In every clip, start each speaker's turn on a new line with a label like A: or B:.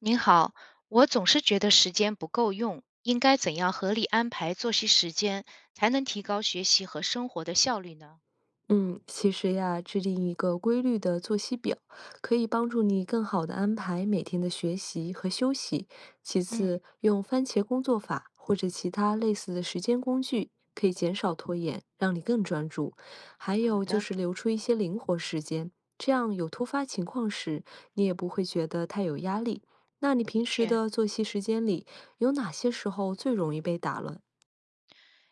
A: 您好，我总是觉得时间不够用，应该怎样合理安排作息时间，才能提高学习和生活的效率呢？
B: 嗯，其实呀，制定一个规律的作息表，可以帮助你更好的安排每天的学习和休息。其
A: 嗯，
B: 次，用番茄工作法或者其他类似的时间工具，可以减少拖延，让你更专注。还
A: 好
B: 有就
A: 的，
B: 是留出一些灵活时间，这样有突发情况时，你也不会觉得太有压力。那你
A: 的
B: 平时
A: 确，
B: 的作息时间里，有哪些时候最容易被打乱？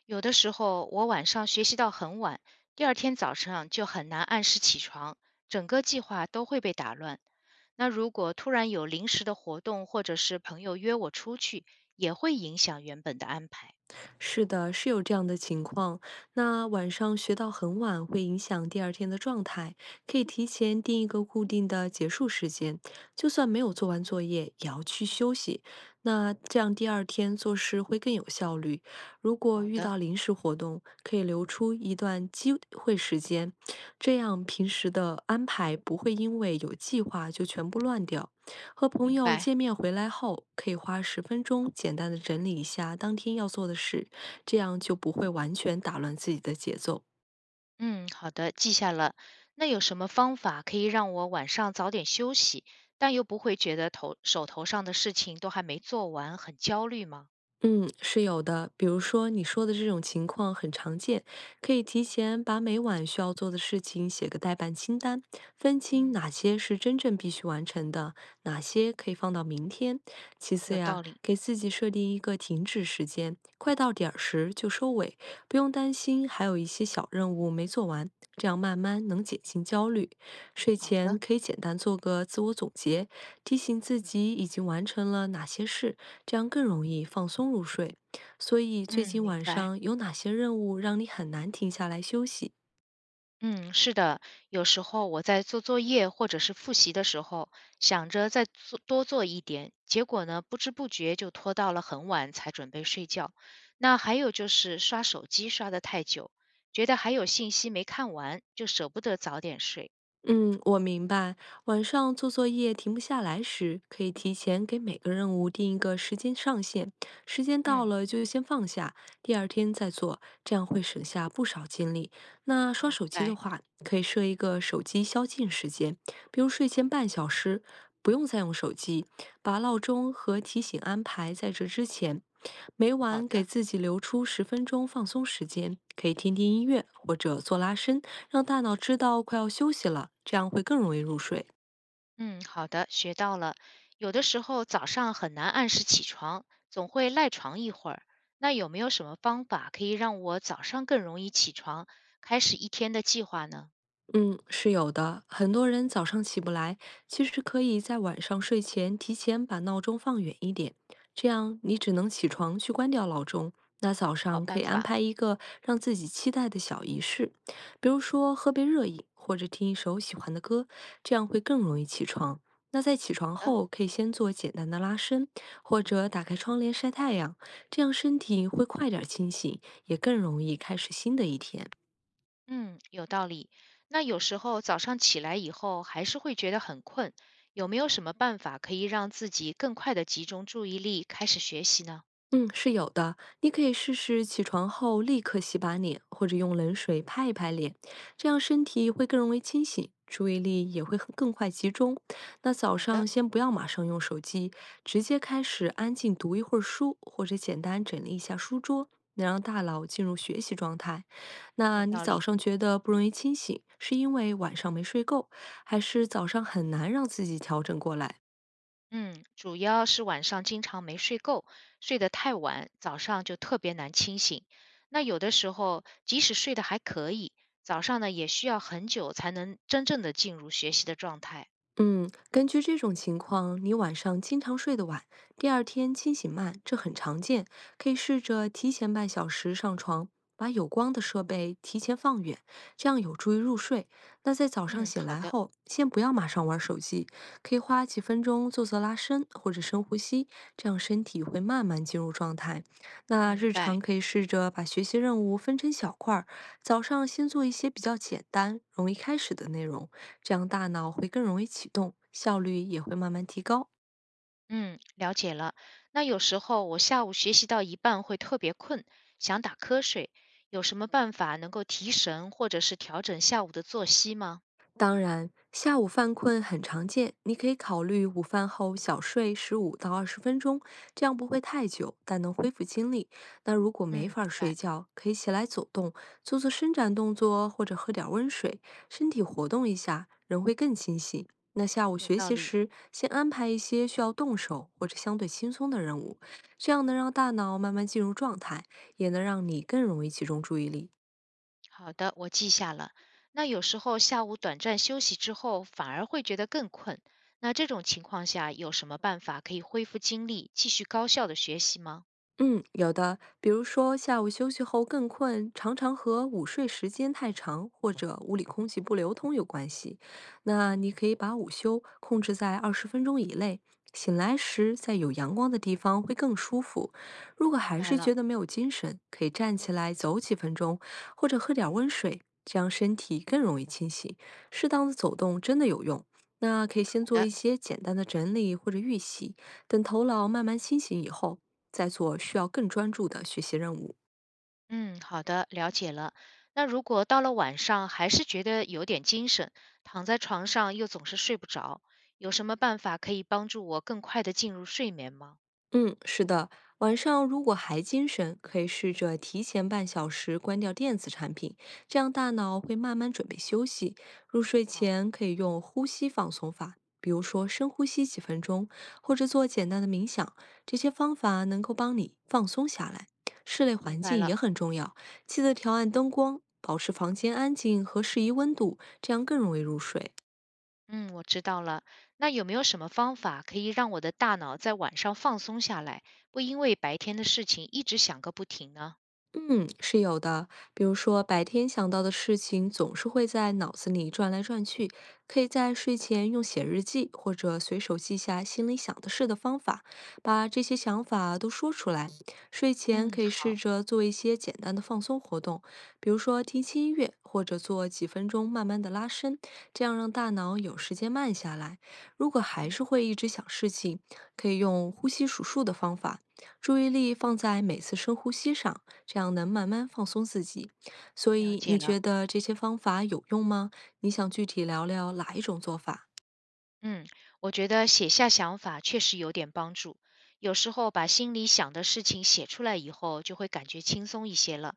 A: 有的时候我晚上学习到很晚，第二天早上就很难按时起床，整个计划都会被打乱。那如果突然有临时的活动，或者是朋友约我出去，也会影响原本的安排。
B: 是的，是有这样的情况。那晚上学到很晚会影响第二天的状态，可以提前定一个固定的结束时间，就算没有做完作业，也要去休息。那这样第二天做事会更有效率。如果
A: 好
B: 遇
A: 的，
B: 到临时活动，可以留出一段机会时间，这样平时的安排不会因为有计划就全部乱掉。和朋
A: 明
B: 友
A: 白。
B: 见面回来后，可以花十分钟简单的整理一下当天要做的事，这样就不会完全打乱自己的节奏。
A: 嗯，好的，记下了。那有什么方法可以让我晚上早点休息，但又不会觉得头手头上的事情都还没做完，很焦虑吗？
B: 嗯，是有的。比如说你说的这种情况很常见，可以提前把每晚需要做的事情写个待办清单，分清
A: 嗯，
B: 哪些是真正必须完成的，哪些可以放到明天。其次
A: 有道
B: 呀，
A: 理。
B: 给自己设定一个停止时间，快到点儿时就收尾，不用担心还有一些小任务没做完，这样慢慢能减轻焦虑。睡
A: 好的，
B: 前可以简单做个自我总结，提醒自己已经完成了哪些事，这样更容易放松入睡。所以，最
A: 嗯，
B: 近
A: 明
B: 晚
A: 白。
B: 上有哪些任务让你很难停下来休息？
A: 嗯，是的，有时候我在做作业或者是复习的时候，想着再做多做一点，结果呢，不知不觉就拖到了很晚才准备睡觉。那还有就是刷手机刷得太久，觉得还有信息没看完，就舍不得早点睡。
B: 嗯，我明白。晚上做作业停不下来时，可以提前给每个任务定一个时间上限，时间到
A: 嗯。
B: 了就先放下，第二天再做，这样会省下不少精力。那刷
A: 明
B: 手机
A: 白，
B: 的话，可以设一个手机宵禁时间，比如睡前半小时，不用再用手机，把闹钟和提醒安排在这之前。每
A: 好
B: 晚给
A: 的，
B: 自己留出十分钟放松时间，可以听听音乐或者做拉伸。让大脑知道快要休息了，这样会更容易入睡。
A: 嗯，好的，学到了。有的时候早上很难按时起床，总会赖床一会儿。那有没有什么方法可以让我早上更容易起床，开始一天的计划呢？
B: 嗯，是有的。很多人早上起不来，其实可以在晚上睡前提前把闹钟放远一点，这样你只能起床去关掉闹钟。那早
A: 好
B: 上可
A: 办
B: 以安
A: 法，
B: 排一个让自己期待的小仪式，比如说喝杯热饮或者听一首喜欢的歌，这样会更容易起床。那在起
A: 好
B: 床
A: 的，
B: 后，可以先做简单的拉伸，或者打开窗帘晒太阳，这样身体会快点儿清醒，也更容易开始新的一天。
A: 嗯，有道理。那有时候早上起来以后还是会觉得很困，有没有什么办法可以让自己更快的集中注意力，开始学习呢？
B: 嗯，是有的。你可以试试起床后立刻洗把脸，或者用冷水拍一拍脸，这样身体会更容易清醒，注意力也会很更快集中。那早
A: 好的，
B: 上先不要马上用手机，直接开始安静读一会儿书，或者简单整理一下书桌，能让大脑进入学习状态。
A: 有
B: 那你
A: 道
B: 早
A: 理。
B: 上觉得不容易清醒，是因为晚上没睡够，还是早上很难让自己调整过来？
A: 嗯，主要是晚上经常没睡够，睡得太晚，早上就特别难清醒。那有的时候，即使睡得还可以，早上呢也需要很久才能真正的进入学习的状态。
B: 嗯，根据这种情况，你晚上经常睡得晚，第二天清醒慢，这很常见。可以试着提前半小时上床，把有光的设备提前放远，这样有助于入睡。那在早上
A: 嗯，
B: 醒
A: 好
B: 来
A: 的，
B: 后，先不要马上玩手机，可以花几分钟做做拉伸或者深呼吸，这样身体会慢慢进入状态。那
A: 明
B: 日
A: 白。
B: 常可以试着把学习任务分成小块儿，早上先做一些比较简单、容易开始的内容，这样大脑会更容易启动，效率也会慢慢提高。
A: 嗯，了解了。那有时候我下午学习到一半会特别困，想打瞌睡，有什么办法能够提神或者是调整下午的作息吗？
B: 当然，下午犯困很常见，你可以考虑午饭后小睡15到20分钟，这样不会太久，但能恢复精力。那如果没
A: 嗯，
B: 法儿
A: 明白，
B: 睡觉，可以起来走动，做做伸展动作，或者喝点儿温水，身体活动一下，人会更清醒。那下午
A: 有
B: 学
A: 道
B: 习
A: 理。
B: 时，先安排一些需要动手或者相对轻松的任务，这样能让大脑慢慢进入状态，也能让你更容易集中注意力。
A: 好的，我记下了。那有时候下午短暂休息之后，反而会觉得更困。那这种情况下，有什么办法可以恢复精力，继续高效的学习吗？
B: 嗯，有的，比如说下午休息后更困，常常和午睡时间太长或者屋里空气不流通有关系。那你
A: 嗯，
B: 可以把午休控制在二十分钟以内，醒来时在有阳光的地方会更舒服。如果
A: 明
B: 还
A: 白。
B: 是
A: 了，
B: 觉得没有精神，可以站起来走几分钟，或者喝点温水，这样身体更容易清醒。适当的走动真的有用。那可以先
A: 好
B: 做
A: 的，
B: 一些简单的整理或者预习，等头脑慢慢清醒以后。在做需要更专注的学习任务。
A: 嗯，好的，了解了。那如果到了晚上还是觉得有点精神，躺在床上又总是睡不着，有什么办法可以帮助我更快的进入睡眠吗？
B: 嗯，是的，晚上如果还精神，可以试着提前半小时关掉电子产品，这样大脑会慢慢准备休息。入睡
A: 好，
B: 前可以用呼吸放松法，比如说深呼吸几分钟，或者做简单的冥想，这些方法能够帮你放松下来。室内
A: 明
B: 环
A: 白
B: 境
A: 了。
B: 也很重要，记得调暗灯光，保持房间安静和适宜温度，这样更容易入睡。
A: 嗯，我知道了。那有没有什么方法可以让我的大脑在晚上放松下来，不因为白天的事情一直想个不停呢？
B: 嗯，是有的。比如说，白天想到的事情总是会在脑子里转来转去，可以在睡前用写日记或者随手记下心里想的事的方法，把这些想法都说出来。睡前
A: 嗯，
B: 可以试
A: 好，
B: 着做一些简单的放松活动，比如说听轻音乐，或者做几分钟慢慢的拉伸，这样让大脑有时间慢下来。如果还
A: 嗯，
B: 是会一直想事情，可以用呼吸数数的方法，注意力放在每次深呼吸上。这样能慢慢放松自己。所
A: 了
B: 以
A: 解
B: 你
A: 了。
B: 觉得这些方法有用吗？你想具体聊聊哪一种做法？
A: 嗯，我觉得写下想法确实有点帮助。有时候把心里想的事情写出来以后，就会感觉轻松一些了。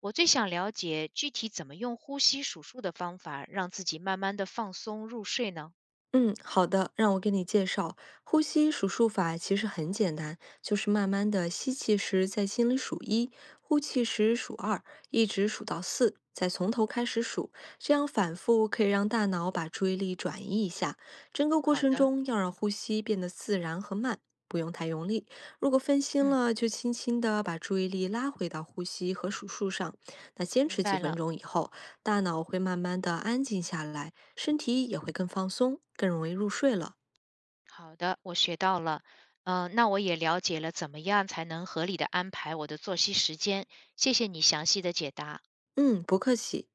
A: 我最想了解具体怎么用呼吸数数的方法，让自己慢慢的放松入睡呢？
B: 嗯，好的，让我给你介绍，呼吸数数法其实很简单，就是慢慢的吸气时在心里数一，呼气时数二，一直数到四，再从头开始数，这样反复可以让大脑把注意力转移一下。整个过
A: 好
B: 程
A: 的，
B: 中要让呼吸变得自然和慢，不用太用力。如果分心
A: 嗯，
B: 了，就轻轻的把注意力拉回到呼吸和数数上。那坚
A: 明
B: 持几
A: 白
B: 分
A: 了。
B: 钟以后，大脑会慢慢的安静下来，身体也会更放松，更容易入睡了。
A: 好的，我学到了。嗯、那我也了解了怎么样才能合理的安排我的作息时间。谢谢你详细的解答。
B: 嗯，不客气。